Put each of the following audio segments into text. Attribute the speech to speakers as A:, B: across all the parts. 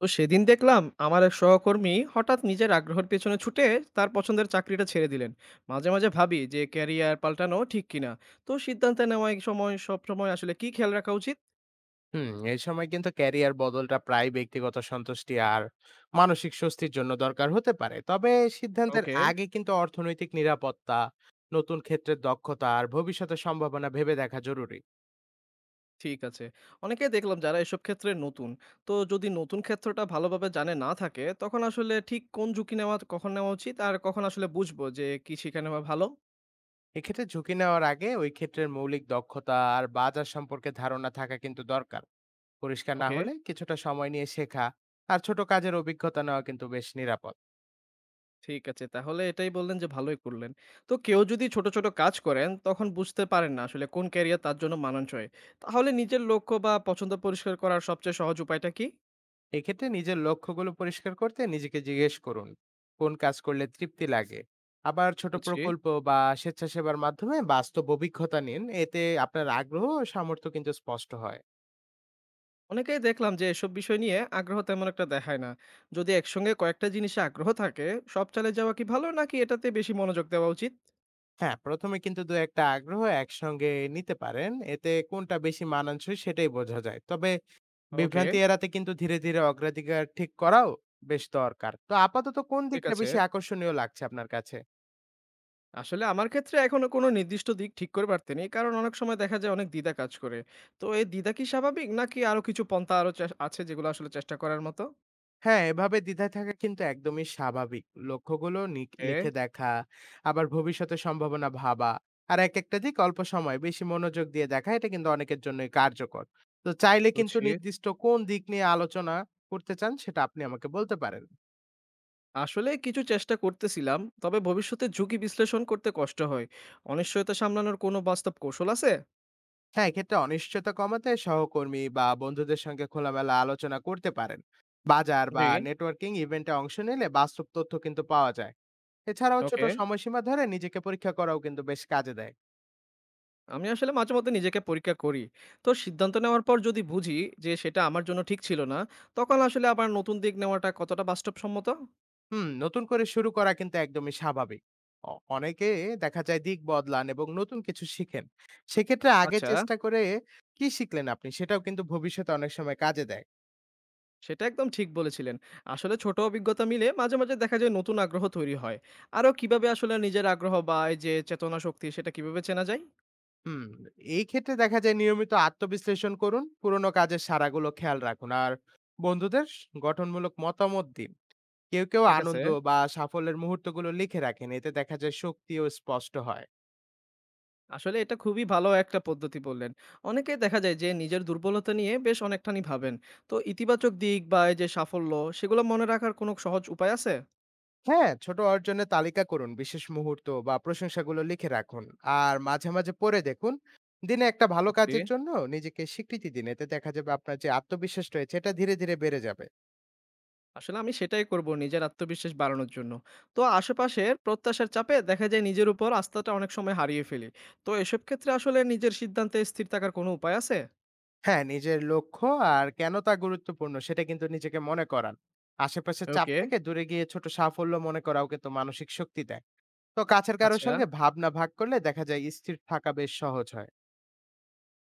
A: তো সেদিন দেখলাম আমার এক সহকর্মী হঠাৎ নিজের আগ্রহের পেছনে ছুটে তার পছন্দের চাকরিটা ছেড়ে দিলেন। মাঝে মাঝে ভাবি যে ক্যারিয়ার পাল্টানো ঠিক কিনা। তো সিদ্ধান্ত নেওয়ার সময় সব সময় আসলে কি খেয়াল রাখা উচিত?
B: হুম, এই সময় কিন্তু ক্যারিয়ার বদলটা প্রায় ব্যক্তিগত সন্তুষ্টি আর মানসিক স্বস্তির জন্য দরকার হতে পারে। তবে সিদ্ধান্তের
A: ওকে।
B: আগে কিন্তু অর্থনৈতিক নিরাপত্তা, নতুন ক্ষেত্রের দক্ষতা আর ভবিষ্যতের সম্ভাবনা ভেবে দেখা জরুরি।
A: ঠিক আছে। অনেকেই দেখলাম যারা এসব ক্ষেত্রে নতুন। তো যদি নতুন ক্ষেত্রটা ভালোভাবে জানে না থাকে তখন আসলে ঠিক কোন ঝুঁকি নেওয়া কখন নেওয়া উচিত আর কখন আসলে বুঝবো যে কি শিখে নেওয়া ভালো?
B: এক্ষেত্রে ঝুঁকি নেওয়ার আগে ওই ক্ষেত্রের মৌলিক দক্ষতা আর বাজার সম্পর্কে ধারণা থাকা কিন্তু দরকার। পরিষ্কার না
A: ওকে।
B: হলে কিছুটা সময় নিয়ে শেখা আর ছোট কাজের অভিজ্ঞতা নেওয়া কিন্তু বেশ নিরাপদ।
A: ঠিক আছে। তাহলে এটাই বললেন যে ভালোই করলেন। তো কেউ যদি ছোট, ছোট কাজ করেন তখন বুঝতে পারেন না আসলে কোন ক্যারিয়ার তার জন্য মানানসই। তাহলে নিজের লক্ষ্য বা পছন্দ পরিষ্কার করার সবচেয়ে সহজ উপায়টা কি?
B: এক্ষেত্রে নিজের লক্ষ্যগুলো পরিষ্কার করতে নিজেকে জিজ্ঞেস করুন, কোন কাজ করলে তৃপ্তি লাগে। আবার ছোট
A: বুঝি।
B: প্রকল্প বা স্বেচ্ছাসেবার মাধ্যমে বাস্তব অভিজ্ঞতা নিন, এতে আপনার আগ্রহ ও সামর্থ্য কিন্তু স্পষ্ট হয়।
A: অনেকেই দেখলাম যে এসব বিষয় নিয়ে আগ্রহ তেমন একটা দেখায় না। যদি একসঙ্গে কয়েকটা জিনিসে আগ্রহ থাকে, সব চালিয়ে যাওয়া কি ভালো নাকি এটাতে বেশি মনোযোগ দেওয়া উচিত?
B: হ্যাঁ, প্রথমে কিন্তু দু একটা আগ্রহ একসঙ্গে নিতে পারেন, এতে কোনটা বেশি মানানসই সেটাই বোঝা যায়। তবে
A: ওকে,
B: বিভ্রান্তি এড়াতে কিন্তু ধীরে ধীরে অগ্রাধিকার ঠিক করাও বেশ দরকার। তো আপাতত কোন
A: ঠিক
B: দিকটা
A: আছে।
B: বেশি আকর্ষণীয় লাগছে আপনার কাছে?
A: আসলে আমার ক্ষেত্রে এখনো কোনো নির্দিষ্ট দিক ঠিক করে পারতেনি কারণ অনেক সময় দেখা যায় অনেক দ্বিধা কাজ করে। তো এই দ্বিধা কি স্বাভাবিক নাকি আরো কিছু পন্থা আরো আছে যেগুলো আসলে চেষ্টা করার মতো?
B: হ্যাঁ, এভাবে দ্বিধায় থাকা কিন্তু একদমই স্বাভাবিক। লক্ষ্যগুলো নিক
A: হ্যাঁ।
B: লিখে দেখা, আবার ভবিষ্যতের সম্ভাবনা ভাবা, আর একেকটা দিক অল্প সময় বেশি মনোযোগ দিয়ে দেখা এটা কিন্তু অনেকের জন্যই কার্যকর। তো চাইলে কিন্তু
A: বুঝি।
B: নির্দিষ্ট কোন দিক নিয়ে আলোচনা করতে চান সেটা আপনি আমাকে বলতে পারেন।
A: আসলে কিছু চেষ্টা করতেছিলাম তবে ভবিষ্যতে ঝুঁকি বিশ্লেষণ করতে কষ্ট হয়। অনিশ্চয়তা সামলানোর কোনো বাস্তব কৌশল আছে?
B: হ্যাঁ, এক্ষেত্রে অনিশ্চয়তা কমাতে সহকর্মী বা বন্ধুদের সঙ্গে খোলামেলা আলোচনা করতে পারেন। বাজার
A: জি।
B: বা নেটওয়ার্কিং ইভেন্টে অংশ নিলে বাস্তব তথ্য কিন্তু পাওয়া যায়। এছাড়াও ছোট
A: ওকে।
B: সময়সীমা ধরে নিজেকে পরীক্ষা করাও কিন্তু বেশ কাজে দেয়।
A: আমি আসলে মাঝে মধ্যে নিজেকে পরীক্ষা করি। তো সিদ্ধান্ত নেওয়ার পর যদি বুঝি যে সেটা আমার জন্য ঠিক ছিল না, তখন আসলে আবার নতুন দিক নেওয়াটা কতটা বাস্তবসম্মত?
B: হুম, নতুন করে শুরু করা কিন্তু একদমই স্বাভাবিক। অনেকে দেখা যায় দিক বদলান এবং নতুন কিছু শিখেন। সেক্ষেত্রে আগে
A: আচ্ছা।
B: চেষ্টা করে কি শিখলেন আপনি সেটাও কিন্তু ভবিষ্যতে অনেক সময় কাজে দেয়।
A: সেটা একদম ঠিক বলেছিলেন। আসলে ছোট অভিজ্ঞতা মিলে মাঝে, মাঝে দেখা যায় নতুন আগ্রহ তৈরি হয়। আরো কিভাবে আসলে নিজের আগ্রহ বা এই যে চেতনা শক্তি সেটা কিভাবে চেনা যায়?
B: হুম, এই ক্ষেত্রে দেখা যায় নিয়মিত আত্মবিশ্লেষণ করুন, পুরোনো কাজের সারাগুলো খেয়াল রাখুন, আর বন্ধুদের গঠনমূলক মতামত দিন। কেউ কেউ
A: ঠিক আছে।
B: আনন্দ বা সাফল্যের মুহূর্তগুলো লিখে রাখেন, এতে দেখা যায় শক্তিও স্পষ্ট হয়।
A: আসলে এটা খুবই ভালো একটা পদ্ধতি বললেন। অনেকেই দেখা যায় যে নিজের দুর্বলতা নিয়ে বেশ অনেকখানি ভাবেন। তো ইতিবাচক দিক বা এই যে সাফল্য সেগুলো মনে রাখার কোনো সহজ উপায় আছে?
B: হ্যাঁ, ছোট অর্জনের তালিকা করুন। বিশেষ মুহূর্ত বা প্রশংসাগুলো লিখে রাখুন। আর মাঝে, মাঝে পড়ে দেখুন। দিনে একটা ভালো
A: বুঝছি।
B: কাজের জন্য নিজেকে স্বীকৃতি দিন। এতে দেখা যাবে আপনার যে আত্মবিশ্বাস রয়েছে এটা ধীরে, ধীরে বেড়ে যাবে।
A: আসলে আমি সেটাই করব নিজের আত্মবিশ্বাস বাড়ানোর জন্য। তো আশেপাশের প্রত্যাশার চাপে দেখা যায় নিজের উপর আস্থাটা অনেক সময় হারিয়ে ফেলি। তো এসব ক্ষেত্রে আসলে নিজের সিদ্ধান্তে স্থির থাকার কোনো উপায় আছে?
B: হ্যাঁ, নিজের লক্ষ্য আর কেন তা গুরুত্বপূর্ণ সেটা কিন্তু নিজেকে মনে করান। আশেপাশের চাপ
A: ওকে,
B: থেকে দূরে গিয়ে ছোট সাফল্য মনে করাও কিন্তু মানসিক শক্তি দেয়। তো কাছের কারো
A: আচ্ছা।
B: সঙ্গে ভাবনা ভাগ করলে দেখা যায় স্থির থাকা বেশ সহজ হয়।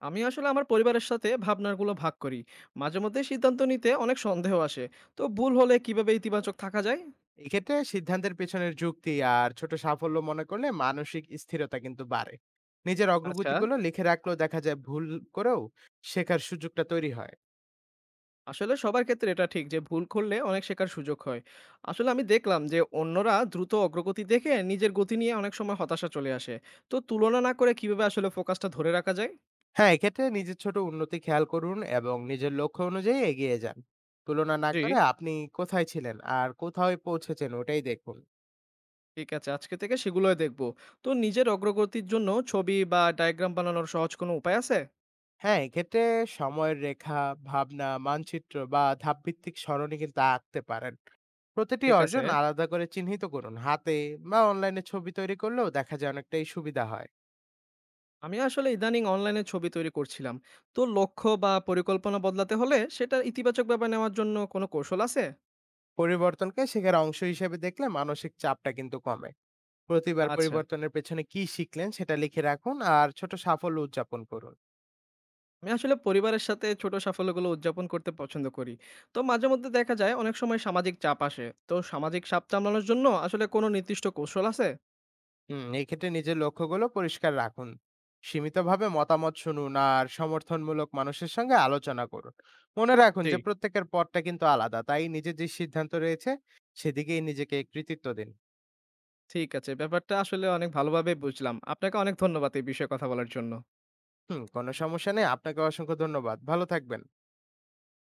A: আমি আসলে আমার পরিবারের সাথে ভাবনাগুলো ভাগ করি। মাঝে মধ্যে সিদ্ধান্ত নিতে অনেক সন্দেহ আসে। তো ভুল হলে কিভাবে ইতিবাচক থাকা যায়?
B: এক্ষেত্রে সিদ্ধান্তের পেছনের যুক্তি আর ছোট সাফল্য মনে করলে মানসিক স্থিরতা কিন্তু বাড়ে। নিজের
A: আচ্ছা।
B: অগ্রগতিগুলো লিখে রাখলেও দেখা যায় ভুল করেও শেখার সুযোগটা তৈরি হয়।
A: আসলে সবার ক্ষেত্রে এটা ঠিক যে ভুল করলে অনেক শেখার সুযোগ হয়। আসলে আমি দেখলাম যে অন্যরা দ্রুত অগ্রগতি দেখে নিজের গতি নিয়ে অনেক সময় হতাশা চলে আসে। তো তুলনা না করে কিভাবে আসলে ফোকাসটা ধরে রাখা যায়?
B: হ্যাঁ, এক্ষেত্রে নিজের ছোট উন্নতি খেয়াল করুন এবং নিজের লক্ষ্য অনুযায়ী এগিয়ে যান। তুলনা না
A: জি।
B: করে আপনি কোথায় ছিলেন আর কোথায় পৌঁছেছেন ওটাই দেখুন।
A: ঠিক আছে, আজকে থেকে সেগুলোই দেখব। তো নিজের অগ্রগতির জন্য ছবি বা ডায়াগ্রাম বানানোর সহজ কোনো উপায় আছে?
B: হ্যাঁ, এক্ষেত্রে সময়ের রেখা, ভাবনা মানচিত্র বা ধাপভিত্তিক সরণি কিন্তু আঁকতে পারেন। প্রতিটি
A: ঠিক আছে।
B: অর্জন আলাদা করে চিহ্নিত করুন, হাতে বা অনলাইনে ছবি তৈরি করলেও দেখা যায় অনেকটাই সুবিধা হয়।
A: আমি আসলে ইদানিং অনলাইনে ছবি তৈরি করছিলাম। তো লক্ষ্য বা পরিকল্পনা বদলাতে হলে সেটা ইতিবাচকভাবে নেওয়ার জন্য কোনো কৌশল আছে?
B: পরিবর্তনকে শেখার অংশ হিসেবে দেখলে মানসিক চাপটা কিন্তু কমে। প্রতিবার
A: আচ্ছা।
B: পরিবর্তনের পেছনে কি শিখলেন সেটা লিখে রাখুন আর ছোট সাফল্য উদযাপন করুন।
A: আমি আসলে পরিবারের সাথে ছোট সাফল্যগুলো উদযাপন করতে পছন্দ করি। তো মাঝে মধ্যে দেখা যায় অনেক সময় সামাজিক চাপ আসে। তো সামাজিক চাপ সামলানোর জন্য আসলে কোনো নির্দিষ্ট কৌশল আছে?
B: হুম, এক্ষেত্রে নিজের লক্ষ্যগুলো পরিষ্কার রাখুন, সীমিতভাবে মতামত শুনুন আর সমর্থনমূলক মানুষের সঙ্গে আলোচনা করুন। মনে রাখুন
A: জি।
B: যে প্রত্যেকের পথটা কিন্তু আলাদা, তাই নিজের যে সিদ্ধান্ত রয়েছে সেদিকেই নিজেকে কৃতিত্ব দিন।
A: ঠিক আছে, ব্যাপারটা আসলে অনেক ভালোভাবে বুঝলাম। আপনাকে অনেক ধন্যবাদ এই বিষয়ে কথা বলার জন্য।
B: হুম, কোনো সমস্যা নেই, আপনাকে অসংখ্য ধন্যবাদ। ভালো থাকবেন।